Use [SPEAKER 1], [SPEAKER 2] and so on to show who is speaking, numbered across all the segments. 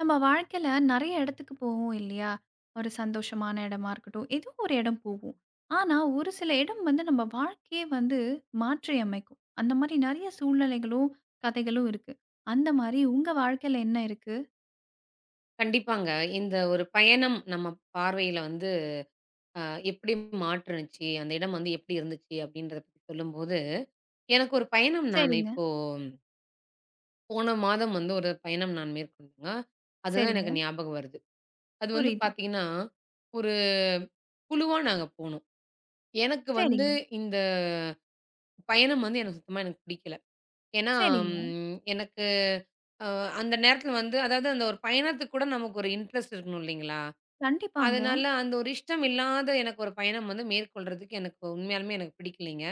[SPEAKER 1] நம்ம வாழ்க்கையில நெறைய இடத்துக்கு போவோம் இல்லையா? ஒரு சந்தோஷமான இடமா இருக்கட்டும், ஏதோ ஒரு இடம் போவோம். ஆனா, ஒரு சில இடம் வந்து நம்ம வாழ்க்கையே வந்து மாற்றியமைக்கும். அந்த மாரி நெறைய சூழ்நிலைகளும், கதைகளும் இருக்கு. அந்த மாரி உங்க வாழ்க்கையில என்ன இருக்கு?
[SPEAKER 2] கண்டிப்பாங்க. இந்த ஒரு பயணம் நம்ம பார்வையில வந்து அ எப்படி மாற்றுனுச்சு, அந்த இடம் வந்து எப்படி இருந்துச்சு அப்படின்றத பத்தி சொல்லும்போது, எனக்கு ஒரு பயணம் நான்
[SPEAKER 1] சரிங்க,
[SPEAKER 2] இப்போ போன மாதம் வந்து ஒரு பயணம் நான் மேற்கொண்டேங்க. அதுதான்
[SPEAKER 1] சரிங்க.
[SPEAKER 2] எனக்கு ஞாபகம் வருது. அது வந்து
[SPEAKER 1] புரியுது.
[SPEAKER 2] பார்த்தீங்கன்னா, ஒரு குழுவா நாங்க போனோம். எனக்கு வந்து
[SPEAKER 1] சரிங்க,
[SPEAKER 2] இந்த பயணம் வந்து எனக்கு சுத்தமா எனக்கு பிடிக்கல. ஏன்னா,
[SPEAKER 1] சரிங்க.
[SPEAKER 2] எனக்கு அ அந்த நேரத்தில வந்து அதாவது அந்த ஒரு பயணத்துக்கு கூட நமக்கு ஒரு இன்ட்ரெஸ்ட் இருக்கணும் இல்லைங்களா?
[SPEAKER 1] கண்டிப்பாங்க.
[SPEAKER 2] அதனால அந்த ஒரு இஷ்டம் இல்லாத எனக்கு ஒரு பயணம் வந்து மேற்கொள்றதுக்கு எனக்கு உண்மையாலுமே எனக்கு பிடிக்கலைங்க.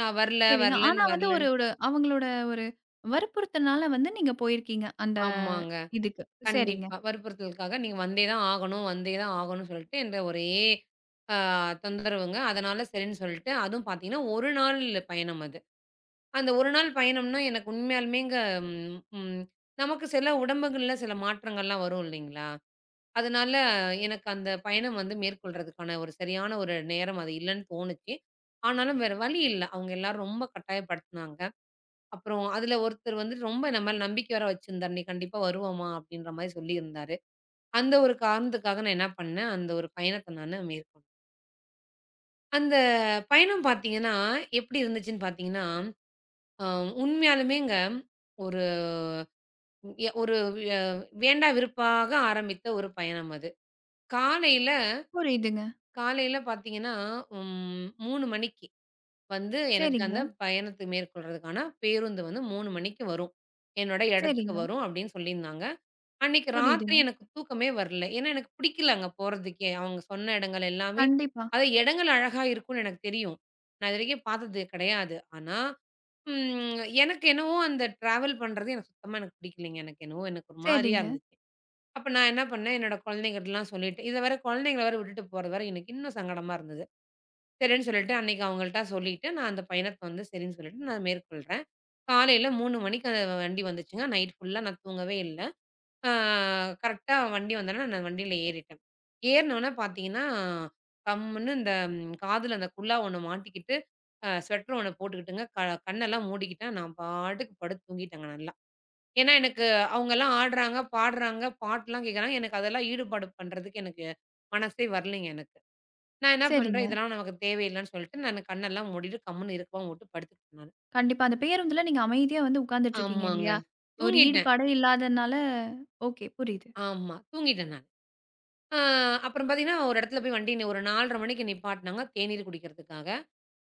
[SPEAKER 2] நான் வரல,
[SPEAKER 1] சரிங்க. ஆனா
[SPEAKER 2] வரலன்னு
[SPEAKER 1] வந்து ஒரு
[SPEAKER 2] வரலன்ட்டு
[SPEAKER 1] ஒரு அவங்களோட ஒரு வற்புறுத்தல்னால வந்து நீங்க போயிருக்கீங்க, அந்த
[SPEAKER 2] ஆமாங்க.
[SPEAKER 1] இதுக்கு. சரிங்க.
[SPEAKER 2] கண்டிப்பா. வற்புறுத்தலுக்காக நீங்க வந்தே தான் ஆகணும், வந்தே தான் ஆகணும்னு சொல்லிட்டு என்ற ஒரே அ தொந்தரவுங்க. அதனால சரின்னு சொல்லிட்டு அதுவும் பார்த்தீங்கன்னா, 1 நாள் பயணம் அது. அந்த 1 நாள் பயணம்னா எனக்கு உண்மையாலுமேங்க ம், ம் நமக்கு சில உடம்புகள்ல சில மாற்றங்கள்லாம் வரும் இல்லைங்களா? அதனால எனக்கு அந்த பயணம் வந்து மேற்கொள்றதுக்கான ஒரு சரியான ஒரு நேரம் அது இல்லன்னு தோணுச்சு. ஆனாலும் வேற வழி இல்ல. அவங்க எல்லாரும் ரொம்ப கட்டாயப்படுத்துனாங்க. அப்புறம் அதுல ஒருத்தர் வந்துட்டு ரொம்ப நம்ம மேல நம்பிக்கை வேற வச்சிருந்தாரு. "நீ கண்டிப்பா வருவம்மா" அப்படின்ற மாரி சொல்லியிருந்தாரு. அந்த ஒரு காரணத்துக்காக நான் என்ன பண்ணேன், அந்த ஒரு பயணத்த நானு மேற்கொண்டேன். அந்த பயணம் பார்த்தீங்கன்னா, எப்படி இருந்துச்சுன்னு பார்த்தீங்கன்னா, அ உண்மையாலுமேங்க ஒரு எ ஒரு அ வேண்டா வெறுப்பாக ஆரம்பித்த ஒரு பயணம் அது. காலையில
[SPEAKER 1] புரியுதுங்க.
[SPEAKER 2] காலையில பார்த்தீங்கன்னா, 3 மணிக்கு வந்து எனக்கு
[SPEAKER 1] சரிங்க,
[SPEAKER 2] அந்த பயணத்தை மேற்கொள்றதுக்கான பேருந்து வந்து 3 மணிக்கு வரும். என்னோட இடத்துக்கு
[SPEAKER 1] சரிங்க.
[SPEAKER 2] வரும் அப்படின்னு சொல்லியிருந்தாங்க. அன்னைக்கு ராத்திரி
[SPEAKER 1] புரியுதுங்க.
[SPEAKER 2] எனக்கு தூக்கமே வரல. ஏன்னா எனக்கு பிடிக்கல அங்க போறதுக்கே. அவங்க சொன்ன இடங்கள் எல்லாமே
[SPEAKER 1] கண்டிப்பா.
[SPEAKER 2] அது இடங்கள் அழகா இருக்கும்னு எனக்கு தெரியும். நான் இதுவரைக்கும் பார்த்தது கிடையாது. ஆனா, எனக்கு என்னவோ அந்த டிராவல் பண்றது எனக்கு சுத்தமா எனக்கு பிடிக்கலைங்க. எனக்கு என்னவோ எனக்கு ஒரு மாரியா
[SPEAKER 1] சரிங்க,
[SPEAKER 2] இருந்துச்சு. அப்ப நான் என்ன பண்ணேன், என்னோட குழந்தைங்கட்டலாம் சொல்லிட்டு இத வேற குழந்தைங்கள வேற விட்டுட்டு போறது வேற எனக்கு இன்னும் சங்கடமா இருந்தது. சரின்னு சொல்லிட்டு அன்னைக்கு அவங்கள்ட்ட சொல்லிட்டு, நான் அந்த பயணத்த வந்து சரின்னு சொல்லிட்டு நான் மேற்கொள்றேன். காலையில 3 மணிக்கு அந்த வண்டி வந்துச்சுங்க. நைட் ஃபுல்லா நான் தூங்கவே இல்ல. ஆ கரெக்ட்டா வண்டி வந்தோனே நான் வண்டியில ஏறிட்டேன். ஏறுனோனே பார்த்தீங்கன்னா, கம்முன்னு இந்த காதுல அந்த குல்லா ஒண்ணு மாட்டிக்கிட்டு, ஸ்வெட்டர் ஒண்ணு போட்டுக்கிட்டுங்க, கண்ணெல்லாம் மூடிக்கிட்டேன். நான் பாட்டுக்கு படுத்து தூங்கிட்டேங்க நல்லா. ஏன்னா, எனக்கு அவங்கலாம் ஆடுறாங்க, பாடுறாங்க, பாட்டுலாம் கேட்குறாங்க. எனக்கு அதெல்லாம் ஈடுபாடு பண்றதுக்கு எனக்கு மனசே வரலைங்க எனக்கு. நான் என்ன
[SPEAKER 1] சரிங்க.
[SPEAKER 2] பண்றேன், இதெல்லாம் நமக்கு தேவையில்லன்னு சொல்லிட்டு, நானு கண்ணெல்லாம் மூடிட்டு கம்முனு இறுக்கமா போட்டு படுத்துக்கிட்டேன் நானு.
[SPEAKER 1] கண்டிப்பா. அந்த பேருந்துல நீங்க அமைதியா வந்து உட்கார்ந்துட்டுருக்கீங்க
[SPEAKER 2] ஆமாங்க.
[SPEAKER 1] இல்லையா? ஒரு
[SPEAKER 2] தூங்கிட்டேன்.
[SPEAKER 1] ஈடுபாடே இல்லாதனால ஓகே புரியுது.
[SPEAKER 2] ஆமா. தூங்கிட்டேன் நானு. ஆ அப்புறம் பாத்தீங்கன்னா, ஒரு இடத்துல போய் வண்டி ஒரு 4:30 மணிக்கு நிப்பாட்டுனாங்க தேநீர் குடிக்கிறதுக்காக.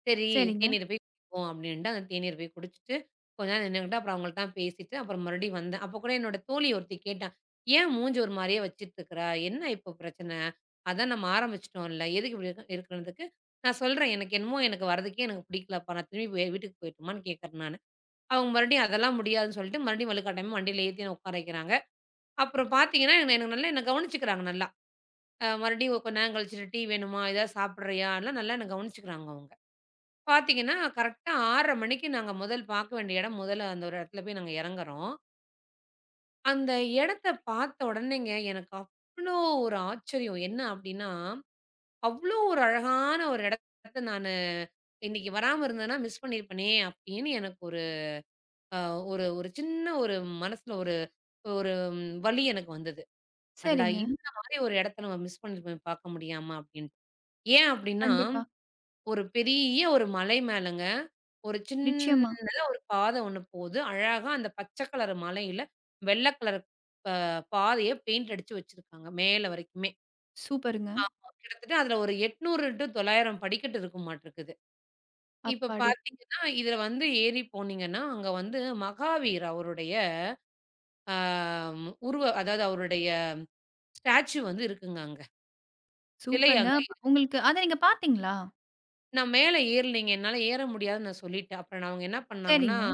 [SPEAKER 2] சரி,
[SPEAKER 1] சரிங்க,
[SPEAKER 2] தேநீர் போய் குடிப்போம் அப்படின்ட்டு, அந்த தேநீர் போய் குடிச்சிட்டு, கொஞ்ச நேரம் நின்னுகிட்டு, அப்புறம் அவங்கள்ட்டலாம் பேசிட்டு, அப்புறம் மறுபடியும் வந்தேன். அப்ப கூட என்னோட தோழி ஒருத்தி கேட்டா, "ஏன் மூஞ்சி ஒரு மாரியே வச்சுட்டு இருக்கிறா? என்ன இப்போ பிரச்சனை? அதான் நம்ம ஆரம்பிச்சுட்டோம்ல. எதுக்கு இப்படி இருக்க இருக்கிறதுக்கு?" நான் சொல்றேன், "எனக்கு என்னமோ எனக்கு வரதுக்கே எனக்கு பிடிக்கலப்பா. நான் திரும்பி வீட்டுக்கு போயிட்டுமான்னு கேட்கிறேன் நானு." அவங்க மறுபடியும் அதெல்லாம் முடியாதுன்னு சொல்லிட்டு, மறுபடியும் வலுக்கட்டாயமா வண்டியில ஏத்தி என்ன உட்கார வைக்கிறாங்க. அப்புறம் பார்த்தீங்கன்னா, என்ன என்ன நல்லா என்ன கவனிச்சுக்கிறாங்க நல்லா. மறுபடியும் கொஞ்ச நேரம் கழிச்சுட்டு, "டீ வேணுமா? ஏதாவது சாப்பிடுறியா?" எல்லாம் நல்லா என்ன கவனிச்சுக்கிறாங்க அவங்க. பாத்தீங்கன்னா, கரெக்ட்டா 6:30 மணிக்கு நாங்க முதல் பாக்க வேண்டிய இடம், முதல்ல அந்த ஒரு இடத்துல போய் நாங்க இறங்குறோம். அந்த இடத்த பாத்த உடனேங்க, எனக்கு அவ்ளோ ஒரு ஆச்சரியம். என்ன அப்டின்னா, அவ்ளோ ஒரு அழகான ஒரு இடத்த நானு இன்னைக்கு வராம இருந்தேன்னா, மிஸ் பண்ணியிருப்பேனே அப்டின்னு எனக்கு ஒரு அ ஒரு ஒரு சின்ன ஒரு மனசுல ஒரு ஒரு வலி எனக்கு வந்தது. அடடா!
[SPEAKER 1] சரிங்க.
[SPEAKER 2] இந்த மாரி ஒரு இடத்த நம்ம மிஸ் பண்ணியிருப்போமே பாக்க முடியாம அப்டின்ட்டு. ஏன் அப்டின்னா
[SPEAKER 1] கண்டிப்பா.
[SPEAKER 2] ஒரு பெரிய ஒரு மலை மேலங்க, ஒரு
[SPEAKER 1] நிச்சயமா.
[SPEAKER 2] சின்னதா ஒரு பாதை ஒண்ணு போது. அழகா அந்த பச்சை கலர் மலையில வெள்ள கலர் பாதைய பெயிண்ட் அடிச்சு வச்சிருக்காங்க, மேல வரைக்குமே.
[SPEAKER 1] சூப்பருங்க.
[SPEAKER 2] கிட்டத்தட்ட அதுல ஒரு 800 டூ 900 படிக்கட்டு இருக்குமாட்ருக்குது. இப்ப
[SPEAKER 1] அப்பாடி!
[SPEAKER 2] பார்த்தீங்கன்னா, இதுல வந்து ஏறி போனீங்கன்னா, அங்க வந்து மகாவீர் அவருடைய அ உருவ அதாவது அவருடைய ஸ்டாச்சு வந்து இருக்குங்க அங்க. சிலை
[SPEAKER 1] சூப்பருங்க.
[SPEAKER 2] அங்க
[SPEAKER 1] உங்களுக்கு அத நீங்க பார்த்தீங்களா?
[SPEAKER 2] நான் மேல ஏறலைங்க. என்னால ஏற முடியாதுன்னு நான் சொல்லிட்டேன். அப்புறம் நான் அவங்க என்ன பண்ணாங்கன்னா,
[SPEAKER 1] சரிங்க,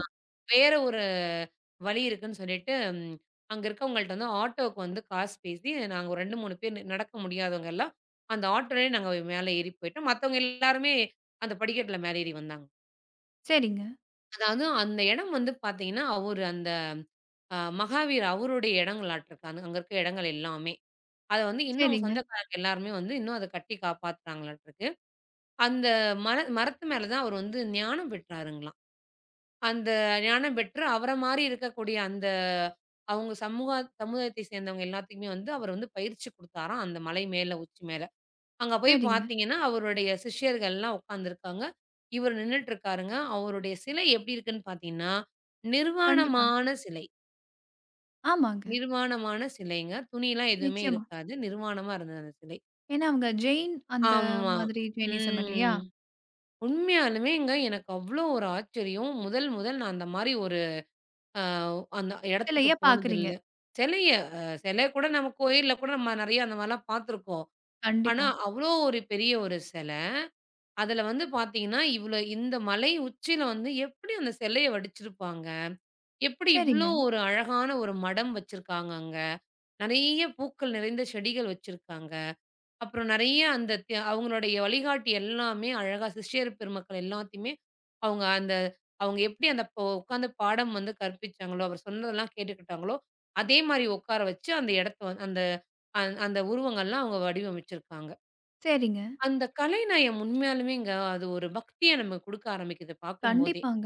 [SPEAKER 2] வேற ஒரு வழி இருக்குன்னு சொல்லிட்டு, அங்க இருக்கவங்கள்ட்ட வந்து ஆட்டோவுக்கு வந்து காசு பேசி, நாங்க ஒரு 2, 3 பேர் நடக்க முடியாதவங்க எல்லாம், அந்த ஆட்டோலயே நாங்க மேல ஏறி போயிட்டோம். மத்தவங்க எல்லாருமே அந்த படிக்கட்டில மேல ஏறி வந்தாங்க.
[SPEAKER 1] சரிங்க,
[SPEAKER 2] அதாவது அந்த இடம் வந்து பார்த்தீங்கன்னா, அவரு அந்த மகாவீர் அவருடைய இடங்களாட்ருக்கு. அங்க அங்க இருக்க இடங்கள் எல்லாமே. அத வந்து இன்னும் அவங்க
[SPEAKER 1] சரிங்க,
[SPEAKER 2] சொந்தக்காரங்க எல்லாருமே வந்து இன்னும் அத கட்டி காப்பாத்துறாங்களாட்ருக்கு. அந்த மரத்து மேல தான் அவர் வந்து ஞானம் பெற்றாருங்களாம். அந்த ஞானம் பெற்று அவர மாரி இருக்கக்கூடிய அந்த அவங்க சமுதாயத்தை சேர்ந்தவங்க எல்லாத்துக்குமே வந்து அவர் வந்து பயிற்சி குடுத்தாராம் அந்த மலை மேல, உச்சி மேல. அங்க போய்
[SPEAKER 1] சரிங்க.
[SPEAKER 2] பார்த்தீங்கன்னா, அவருடைய சிஷ்யர்கள்லாம் உட்கார்ந்துருக்காங்க. இவர் நின்னுட்டுருக்காருங்க. அவருடைய சிலை எப்படி இருக்குன்னு பார்த்தீங்கன்னா,
[SPEAKER 1] கண்டிப்பா.
[SPEAKER 2] நிர்வாணமான சிலை.
[SPEAKER 1] ஆமாங்க.
[SPEAKER 2] நிர்வாணமான சிலைங்க. துணிலாம் எதுவுமே
[SPEAKER 1] நிச்சயமா.
[SPEAKER 2] இருக்காது. நிர்வாணமா இருந்தது அந்த சிலை.
[SPEAKER 1] ஏன்னா அவங்க ஜெயின் அந்த
[SPEAKER 2] ஆமா.
[SPEAKER 1] மாதிரி ஜெயினிசம் இல்லையா?
[SPEAKER 2] ம். உண்மையாலுமேங்க எனக்கு அவ்ளோ ஒரு ஆச்சரியம். முதல் முதல் நான் அந்த மாரி ஒரு ஆ அந்த இடத்துக்கு
[SPEAKER 1] சிலைய பார்க்குறீங்க.
[SPEAKER 2] போனதில்ல. சிலைய சிலை கூட நம்ம கோயில்ல கூட நம்ம நெறைய அந்த மாரிலாம் பார்த்துருக்கோம். ஆனா,
[SPEAKER 1] கண்டிப்பா.
[SPEAKER 2] அவ்ளோ ஒரு பெரிய ஒரு சிலை. அதுல வந்து பார்த்தீங்கன்னா, இவ்ளோ இந்த மலை உச்சியில வந்து எப்படி அந்த சிலைய வடிச்சிருப்பாங்க? எப்படி
[SPEAKER 1] சரிங்க,
[SPEAKER 2] இவ்ளோ ஒரு அழகான ஒரு மடம் வச்சிருக்காங்க அங்க? நெறைய பூக்கள் நிறைந்த செடிகள் வச்சிருக்காங்க. அப்புறம் நெறைய அந்த அவங்களுடைய வழிகாட்டி எல்லாமே அழகா சிஷ்யர் பெருமக்கள் எல்லாத்தையுமே, அவங்க அந்த அவங்க எப்படி அந்த உட்காந்து பாடம் வந்து கற்பிச்சாங்களோ, அவர் சொன்னதெல்லாம் கேட்டுக்கிட்டாங்களோ, அதே மாரி உட்கார வச்சு அந்த இடத்த அந்த அந்த உருவங்கள்லாம் அவங்க வடிவமைச்சிருக்காங்க.
[SPEAKER 1] சரிங்க.
[SPEAKER 2] அந்த கலைநயம் உண்மையாலுமேங்க அது ஒரு பக்திய நமக்கு குடுக்க ஆரம்பிக்குது பார்க்கும்போதே.
[SPEAKER 1] கண்டிப்பாங்க.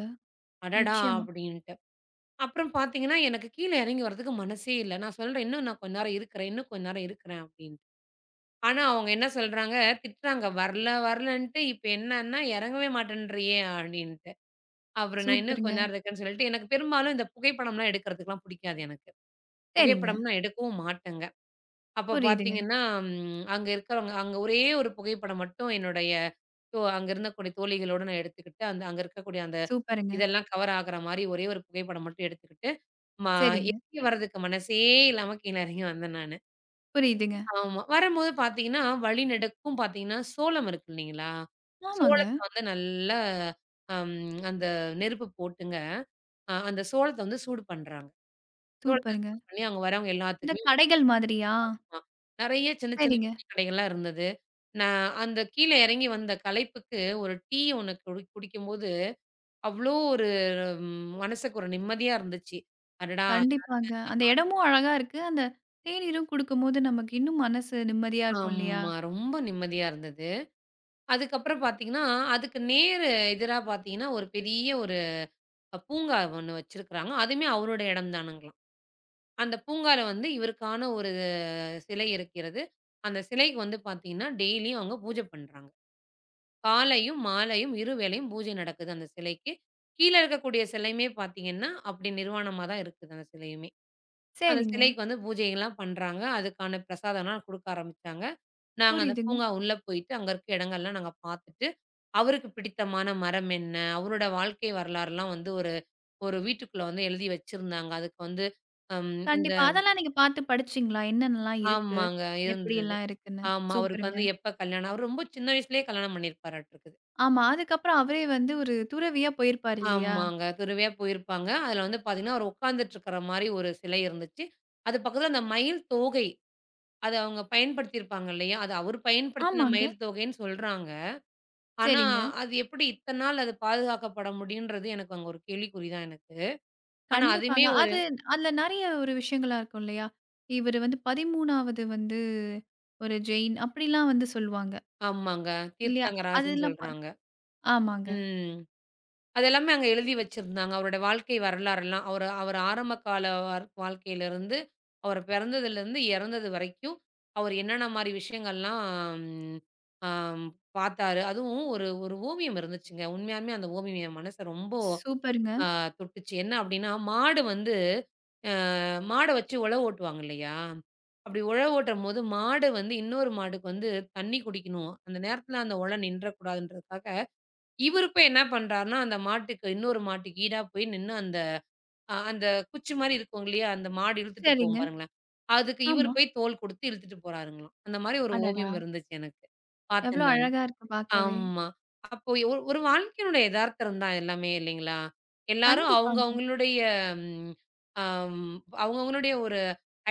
[SPEAKER 2] அடடா!
[SPEAKER 1] நிச்சயமா.
[SPEAKER 2] அப்படின்ட்டு. அப்புறம் பார்த்தீங்கன்னா, எனக்கு கீழ இறங்கி வரதுக்கு மனசே இல்ல. நான் சொல்றேன், "இன்னும் நான் கொஞ்ச நேரம் இருக்கிறேன், இன்னும் கொஞ்ச நேரம் இருக்கிறேன்" அப்படின்னு. ஆனா, அவங்க என்ன சொல்றாங்க, திட்டுறாங்க. "வரல வரலன்ட்டு இப்ப என்னன்னா, இறங்கவே மாட்டேன்றியே" அப்படின்ட்டு. அப்புறம் நான் இன்னும் கொஞ்ச
[SPEAKER 1] சூப்பருங்க.
[SPEAKER 2] நேரம் இருக்கேன்னு சொல்லிட்டு எனக்கு பெரும்பாலும் இந்த புகைப்படம்லாம் எடுக்கிறதுக்குலாம் புடிக்காது எனக்கு.
[SPEAKER 1] சரிங்க.
[SPEAKER 2] புகைப்படம் நான் எடுக்கவும் மாட்டேங்க. அப்ப
[SPEAKER 1] புரியுதுங்க.
[SPEAKER 2] பார்த்தீங்கன்னா, அங்க இருக்கிறவங்க அங்க ஒரே ஒரு புகைப்படம் மட்டும் என்னுடைய அங்க இருந்தக்கூடிய தோழிகளோட நான் எடுத்துக்கிட்டு, அந்த அங்க இருக்கக்கூடிய அந்த
[SPEAKER 1] சூப்பருங்க.
[SPEAKER 2] இதெல்லாம் கவர் ஆகுற மாரி ஒரே ஒரு புகைப்படம் மட்டும் எடுத்துக்கிட்டு, மா
[SPEAKER 1] சரிங்க.
[SPEAKER 2] இறங்கி வரதுக்கு மனசே இல்லாம கீழ இறங்கி வந்தேன் நானு.
[SPEAKER 1] புரியுதுங்க.
[SPEAKER 2] ஆமா. வரும்போது பார்த்தீங்கன்னா, வழிநெடுக்கும் பார்த்தீங்கன்னா, சோளம் இருக்கு இல்லைங்களா?
[SPEAKER 1] ஆமாங்க.
[SPEAKER 2] சோளத்த வந்து நல்லா அம் அந்த நெருப்பு போட்டுங்க, அந்த சோளத்த வந்து சூடு பண்றாங்க. சோளத்த
[SPEAKER 1] சூப்பருங்க.
[SPEAKER 2] சூடு பண்ணி அங்க வரவங்க
[SPEAKER 1] இந்த
[SPEAKER 2] எல்லாத்துக்குமே
[SPEAKER 1] கடைகள் மாதிரியா?
[SPEAKER 2] வா நெறைய சின்ன சின்ன
[SPEAKER 1] சரிங்க.
[SPEAKER 2] டீ கடைகள்லாம் இருந்தது. நான் அந்த கீழ எறங்கி வந்த களைப்புக்கு ஒரு டீ ஒண்ணு குடிக்கும்போது, அவ்ளோ ஒரு மனசுக்கு ஒரு நிம்மதியா இருந்துச்சு. அடடா!
[SPEAKER 1] கண்டிப்பாங்க. அந்த இடமும் அழகா இருக்கு. அந்த தேநீரும் குடுக்கும்போது நமக்கு இன்னும் மனசு நிம்மதியா இருக்கும் இல்லையா?
[SPEAKER 2] ஆமா. ரொம்ப நிம்மதியா இருந்தது. அதுக்கப்புறம் பார்த்தீங்கன்னா, அதுக்கு நேர் எதிரா பார்த்தீங்கன்னா, ஒரு பெரிய ஒரு பூங்கா ஒண்ணு வச்சிருக்கிறாங்க. அதுவுமே அவரோட இடம் தானுங்களாம். அந்த பூங்கால வந்து இவருக்கான ஒரு சிலை இருக்கிறது. அந்த சிலைக்கு வந்து பார்த்தீங்கன்னா, டெய்லியும் அவங்க பூஜை பண்றாங்க. காலையும், மாலையும் 2 வேளையும் பூஜை நடக்குது அந்த சிலைக்கு. கீழ இருக்கக்கூடிய சிலையுமே பார்த்தீங்கன்னா, அப்படி நிர்வாணமா தான் இருக்குது அந்த சிலையுமே. அந்த
[SPEAKER 1] சரிங்க.
[SPEAKER 2] சிலைக்கு வந்து பூஜைகள்லாம் பண்றாங்க. அதுக்கான பிரசாதம்லாம் குடுக்க ஆரம்பிச்சாங்க. நாங்க அந்த
[SPEAKER 1] புரியுதுங்க.
[SPEAKER 2] பூங்கா உள்ள போயிட்டு, அங்க இருக்க இடங்கள்லாம் நாங்க பார்த்துட்டு, அவருக்கு பிடித்தமான மரம் என்ன? அவரோட வாழ்க்கை வரலாறுலாம் வந்து ஒரு ஒரு வீட்டுக்குள்ள வந்து எழுதி வச்சிருந்தாங்க. அதுக்கு வந்து அம் இந்த
[SPEAKER 1] கண்டிப்பா. அதெல்லாம் நீங்க பார்த்து படிச்சீங்களா? என்னென்னலாம் இருக்கு?
[SPEAKER 2] ஆமாங்க இருந்தது.
[SPEAKER 1] எப்படியெல்லாம் இருக்குன்னு?
[SPEAKER 2] ஆமா. அவருக்கு
[SPEAKER 1] சூப்பருங்க.
[SPEAKER 2] வந்து எப்ப கல்யாணம் அவரு ரொம்ப சின்ன வயசுலயே கல்யாணம் பண்ணியிருப்பாராட்டுருக்குது.
[SPEAKER 1] ஆமா. அதுக்கப்புறம் அவரே வந்து ஒரு துறவியா போயிருப்பாரு இல்லையா?
[SPEAKER 2] ஆமாங்க. துறவியா போயிருப்பாங்க. அதுல வந்து பார்த்தீங்கன்னா, அவரு உட்கார்ந்துட்டு இருக்கிற மாரி ஒரு சிலை இருந்துச்சு. அது பக்கத்துல அந்த மயில் தோகை. அத அவங்க பயன்படுத்தியிருப்பாங்க இல்லையா? அது அவரு பயன்படுத்தின
[SPEAKER 1] ஆமாங்க.
[SPEAKER 2] மயில் தோகைன்னு சொல்றாங்க. ஆனா,
[SPEAKER 1] சரிங்க.
[SPEAKER 2] அது எப்படி இத்தன நாள் அது பாதுகாக்கப்பட முடியுன்றது எனக்கு அங்க ஒரு கேள்விக்குறி தான் எனக்கு. ஆனா, அதுவுமே
[SPEAKER 1] கண்டிப்பாங்க.
[SPEAKER 2] ஒரு
[SPEAKER 1] அதுல நெறைய ஒரு விஷயங்களா இருக்கும் இல்லையா? இவரு வந்து 13வது வந்து ஒரு ஜெயின் அப்படிலாம் வந்து சொல்லுவாங்க.
[SPEAKER 2] ஆமாங்க.
[SPEAKER 1] இல்லையா?
[SPEAKER 2] தீர்த்தங்கராஜன்னு
[SPEAKER 1] அதெல்லாம் பா
[SPEAKER 2] சொல்றாங்க.
[SPEAKER 1] ஆமாங்க.
[SPEAKER 2] ம். அதெல்லாமே அங்க எழுதி வச்சிருந்தாங்க. அவருடைய வாழ்க்கை வரலாறெல்லாம். அவரு அவரு ஆரம்ப கால வாழ்க்கையிலிருந்து, அவர் பிறந்ததிலிருந்து இறந்தது வரைக்கும், அவர் என்னென்ன மாரி விஷயங்கள்லாம் ம், ஆம் பார்த்தாரு. அதுவும் ஒரு ஒரு ஓவியம் இருந்துச்சுங்க. உண்மையாலுமே அந்த ஓவியம் என் மனச ரொம்ப
[SPEAKER 1] சூப்பருங்க.
[SPEAKER 2] அ தொட்டுச்சு. என்ன அப்டின்னா, மாடு வந்து மாட வச்சு உழவு ஓட்டுவாங்க இல்லையா? அப்டி உழவு ஓட்டும்போது, மாடு வந்து இன்னொரு மாடுக்கு வந்து தண்ணி குடிக்கணும். அந்த நேரத்துல அந்த உழ நின்றக்கூடாதுன்றதுக்காக இவரு போய் என்ன பண்றாருன்னா, அந்த மாட்டுக்கு இன்னொரு மாட்டுக்கு ஈடா போய் நின்னு அந்த அந்த குச்சி மாரி இருக்கும் இல்லையா? அந்த மாடு இழுத்துட்டு போகும்
[SPEAKER 1] சரிங்க.
[SPEAKER 2] பாருங்களேன். அதுக்கு இவரு
[SPEAKER 1] ஆமா.
[SPEAKER 2] போய் தோள் குடுத்து இழுத்துட்டு போறாருங்களாம். அந்த மாரி ஒரு
[SPEAKER 1] அடடா!
[SPEAKER 2] ஓவியம் இருந்துச்சு எனக்கு. பார்த்தேன்
[SPEAKER 1] எவ்ளோ
[SPEAKER 2] நானு.
[SPEAKER 1] அழகா இருக்கு பார்க்கவே.
[SPEAKER 2] ஆமா. அப்போ ஒரு ஒரு வாழ்க்கையினுடைய எதார்த்தம் தான் எல்லாமே இல்லைங்களா? எல்லாரும் அவங்க
[SPEAKER 1] கண்டிப்பாங்க.
[SPEAKER 2] அவங்களுடைய ம் அம் அவங்க அவங்களுடைய ஒரு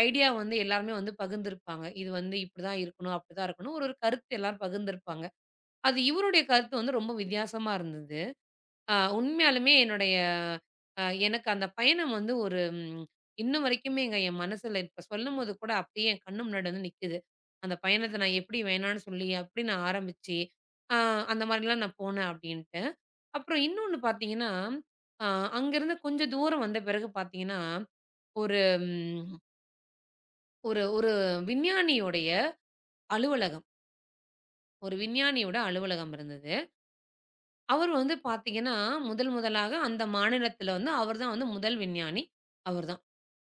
[SPEAKER 2] ஐடியா வந்து எல்லாருமே வந்து பகிர்ந்திருப்பாங்க. இது வந்து இப்படிதான் இருக்கணும், அப்படிதான் இருக்கணும். ஒரு ஒரு கருத்து எல்லாரும் பகிர்ந்திருப்பாங்க. அது இவருடைய கருத்து வந்து ரொம்ப வித்தியாசமா இருந்தது. உண்மையாலுமே என்னுடைய எனக்கு அந்த பயணம் வந்து ஒரு இன்ன வரைக்குமேங்க என் மனசுல இப்ப சொல்லும்போது கூட அப்படியே என் கண்ணு முன்னாடி வந்து நிக்குது. அந்த பயணத்த நான் எப்படி வேணான்னு சொல்லி, எப்படி நான் ஆரம்பிச்சு, அ அந்த மாரிலாம் நான் போனேன் அப்படின்ட்டு. அப்புறம் இன்னொன்னு பார்த்தீங்கன்னா, அ அங்கருந்து கொஞ்சம் தூரம் வந்த பிறகு பார்த்தீங்கன்னா, ஒரு ம் ஒரு ஒரு விஞ்ஞானியுடைய அலுவலகம். ஒரு விஞ்ஞானியோட அலுவலகம் இருந்தது. அவரு வந்து பாத்தீங்கன்னா, முதல் முதலாக அந்த மாநிலத்தில வந்து அவர் தான் வந்து முதல் விஞ்ஞானி. அவர் தான்.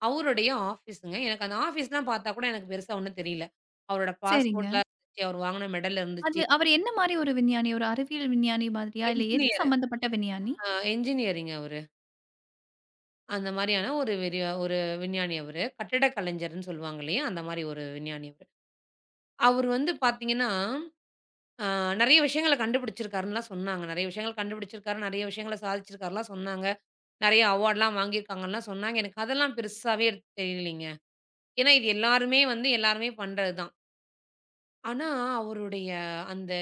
[SPEAKER 2] அவருடைய ஆஃபீஸுங்க. எனக்கு அந்த ஆஃபீஸ்லாம் பார்த்தா கூட எனக்கு பெருசா ஒண்ணும் தெரியல. அவரோட
[SPEAKER 1] சரிங்க.
[SPEAKER 2] பாஸ்போர்ட்லாம் இருந்துச்சு. அவர் வாங்குன மெடல்
[SPEAKER 1] அது
[SPEAKER 2] இருந்துச்சு.
[SPEAKER 1] அவரு என்ன மாரி ஒரு விஞ்ஞானி? ஒரு அறிவியல் விஞ்ஞானி மாதிரியா? இல்ல எது
[SPEAKER 2] என்ஜினியர்
[SPEAKER 1] சம்மந்தப்பட்ட விஞ்ஞானி?
[SPEAKER 2] அ என்ஜினியரிங் அவரு. அந்த மாரியான ஒரு வெறிய ஒரு விஞ்ஞானி அவரு. கட்டிடக் கலைஞர்ன்னு சொல்லுவாங்க இல்லையா? அந்த மாரி ஒரு விஞ்ஞானி அவரு. அவரு வந்து பாத்தீங்கன்னா, அ நெறைய விஷயங்கள கண்டுபிடிச்சிருக்காருன்னுலாம் சொன்னாங்க. நெறைய விஷயங்கள் கண்டுபிடிச்சிருக்காரு, நெறைய விஷயங்கள சாதிச்சிருக்காருலாம் சொன்னாங்க. நெறைய அவார்ட்லாம் வாங்கியிருக்காங்கன்லாம் சொன்னாங்க. எனக்கு அதெல்லாம் பெருசாவே எடுத்து தெரியலைங்க. ஏன்னா இது எல்லாருமே வந்து எல்லாருமே பண்றது தான். ஆனா அவருடைய அந்த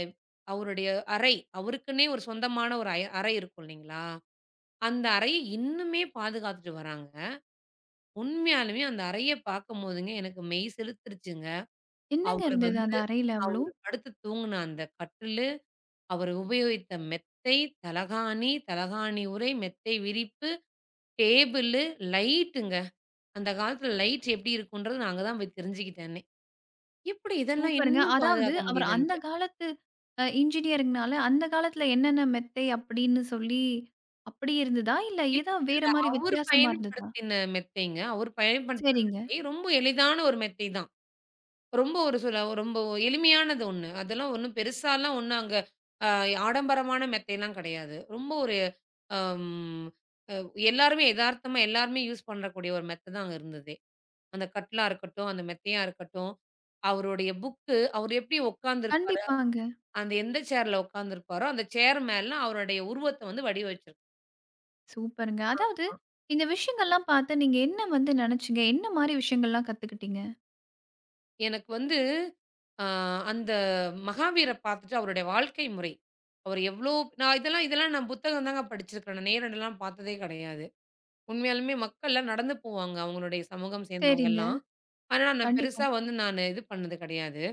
[SPEAKER 2] அவருடைய அறை, அவருக்குன்னே ஒரு சொந்தமான ஒரு அறை இருக்கும் இல்லைங்களா? அந்த அறைய இன்னுமே பாதுகாத்துட்டு வராங்க. உண்மையாலுமே அந்த அறைய பார்க்கும்போதுங்க எனக்கு மெய் சிலுத்துருச்சுங்க.
[SPEAKER 1] என்னங்க
[SPEAKER 2] அவரு
[SPEAKER 1] இருந்தது
[SPEAKER 2] வந்து
[SPEAKER 1] அந்த அறையில அவ்ளோ?
[SPEAKER 2] அவரு படுத்து தூங்குன அந்த கட்டிலு, அவர் உபயோகித்த மெத்தை, தலகாணி, தலகாணி உறை, மெத்தை விரிப்பு, டேபிளு, லைட்டுங்க. அந்த காலத்துல லைட் எப்படி இருக்குன்றது நான் அங்க தான் போய் தெரிஞ்சுக்கிட்டேனே. எப்படி இதெல்லாம்
[SPEAKER 1] சூப்பருங்க.
[SPEAKER 2] இன்னும்
[SPEAKER 1] அதாவது
[SPEAKER 2] பாதுகாக்க
[SPEAKER 1] அவர் அந்த
[SPEAKER 2] முடியுதுன்ட்டு.
[SPEAKER 1] காலத்து இன்ஜினியரிங்னால அந்த காலத்துல என்னென்ன மெத்தை அப்படின்னு சொல்லி அப்படி இருந்ததா? இல்ல
[SPEAKER 2] இல்ல,
[SPEAKER 1] ஏதோ
[SPEAKER 2] இல்ல.
[SPEAKER 1] வேற மாரி
[SPEAKER 2] அவரு
[SPEAKER 1] வித்தியாசமா இருந்ததா?
[SPEAKER 2] பயன்படுத்தின மெத்தைங்க. அவர் பயன்படுத்தின
[SPEAKER 1] சரிங்க.
[SPEAKER 2] மெத்தை ரொம்ப எளிதான ஒரு மெத்தை தான். ரொம்ப ஒரு சில ரொம்ப எளிமையானது ஒண்ணு. அதெல்லாம் ஒண்ணும் பெருசாலாம் ஒண்ணும் அங்க அ ஆடம்பரமான மெத்தைலாம் கிடையாது. ரொம்ப ஒரு அம் அ எல்லாருமே எதார்த்தமா எல்லாருமே யூஸ் பண்ணக்கூடிய ஒரு மெத்த தான் அங்க இருந்ததே. அந்த கட்லா இருக்கட்டும், அந்த மெத்தையா இருக்கட்டும், அவருடைய புக்கு அவர் எப்படி உட்கார்ந்துருப்பாரு
[SPEAKER 1] கண்டிப்பாங்க.
[SPEAKER 2] அந்த எந்த சேர்ல உட்கார்ந்திருப்பாரோ, அந்த சேர் மேல அவருடைய உருவத்த வந்து வடிய வச்சிருக்கு.
[SPEAKER 1] சூப்பருங்க. அதாவது இந்த விஷயங்கள்லாம் பார்த்து நீங்க என்ன வந்து நெனச்சீங்க? என்ன மாரி விஷயங்கள்லாம் கத்துக்கிட்டீங்க?
[SPEAKER 2] எனக்கு வந்து அ அந்த மகாவீர பார்த்துட்டு அவருடைய வாழ்க்கை முறை, அவர் எவ்ளோ நான் இதெல்லாம் இதெல்லாம் நான் புத்தகம் தாங்க படிச்சிருக்கிறேன். நான் நேரடிலாம் பார்த்ததே கிடையாது. உண்மையாலுமே மக்கள்லாம் நடந்து போவாங்க, அவங்களுடைய சமூகம்
[SPEAKER 1] சரிங்க.
[SPEAKER 2] சேர்ந்தவங்கலாம். ஆனா நான்
[SPEAKER 1] கண்டிப்பா.
[SPEAKER 2] பெருசா வந்து நானு இது பண்ணது கிடையாது.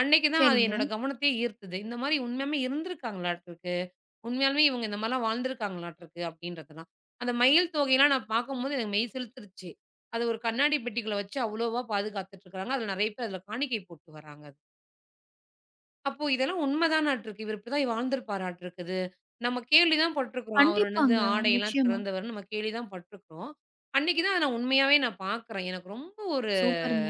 [SPEAKER 2] அன்னைக்கு தான் அது
[SPEAKER 1] சரிங்க.
[SPEAKER 2] என்னோட கவனத்தையே ஈர்த்தது. இந்த மாரி உண்மையாலுமே இருந்திருக்காங்களாட்டுருக்கு. உண்மையாலுமே இவங்க இந்த மாரிலாம் வாழ்ந்திருக்காங்களாட்டுருக்கு அப்டின்றதெல்லாம். அந்த மயில் தோகைலாம் நான் பார்க்கும்போது எனக்கு மெய் சிலுத்துருச்சு. அது ஒரு கண்ணாடி பெட்டிக்குள்ள வச்சு அவ்வளோவா பாதுகாத்துட்டு இருக்காங்க. அதுல நெறைய பேர் அதுல காணிக்கை போட்டு வராங்க. அது அப்போ இதெல்லாம் உண்மதானாட்டுருக்கு. இவரு இப்டிதான் வாழ்ந்திருப்பாராட்டுருக்குது. நம்ம கேள்வி தான் பட்டுருக்குறோம். அவர் வந்து
[SPEAKER 1] கண்டிப்பாங்க.
[SPEAKER 2] ஆடையெல்லாம்
[SPEAKER 1] நிச்சயமா.
[SPEAKER 2] திறந்தவர்ன்னு நம்ம கேள்வி தான் பட்டுருக்குறோம். அன்னைக்கு தான் நான் உண்மையாவே நான் பார்க்குறேன். எனக்கு ரொம்ப ஒரு
[SPEAKER 1] சூப்பருங்க.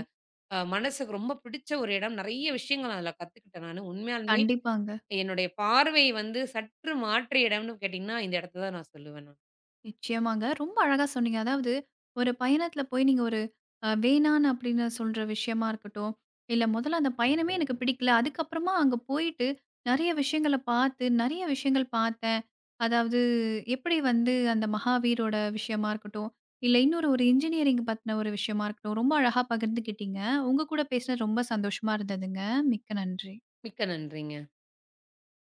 [SPEAKER 2] மனசுக்கு ரொம்ப பிடிச்ச ஒரு இடம். நெறைய விஷயங்கள் நான் அதுல கத்துக்கிட்டேன் நானு. உண்மையாலுமே
[SPEAKER 1] கண்டிப்பாங்க.
[SPEAKER 2] என்னுடைய பார்வை வந்து சற்று மாற்ற இடம்னு கேட்டீங்கன்னா, இந்த இடத்த தான் நான் சொல்லுவேன் நான்.
[SPEAKER 1] நிச்சயமாங்க. ரொம்ப அழகா சொன்னீங்க. அதாவது ஒரு பயணத்துல போய் நீங்க ஒரு வேணான்னு அப்படின்னு சொல்ற விஷயமா இருக்கட்டும், இல்ல முதல்ல அந்த பயணமே எனக்கு பிடிக்கல. அதுக்கப்புறமா அங்க போயிட்டு நெறைய விஷயங்கள பார்த்து, நெறைய விஷயங்கள் பார்த்தேன். அதாவது எப்படி வந்து அந்த மகாவீரோட விஷயமா இருக்கட்டும், இல்ல இன்னொரு இன்ஜினியரிங் பத்தின ஒரு விஷயமா இருக்கட்டும், ரொம்ப அழகா பகிர்ந்துக்கிட்டீங்க. உங்க கூட பேசினது ரொம்ப சந்தோஷமா இருந்ததுங்க. மிக்க நன்றி.
[SPEAKER 2] மிக்க நன்றிங்க.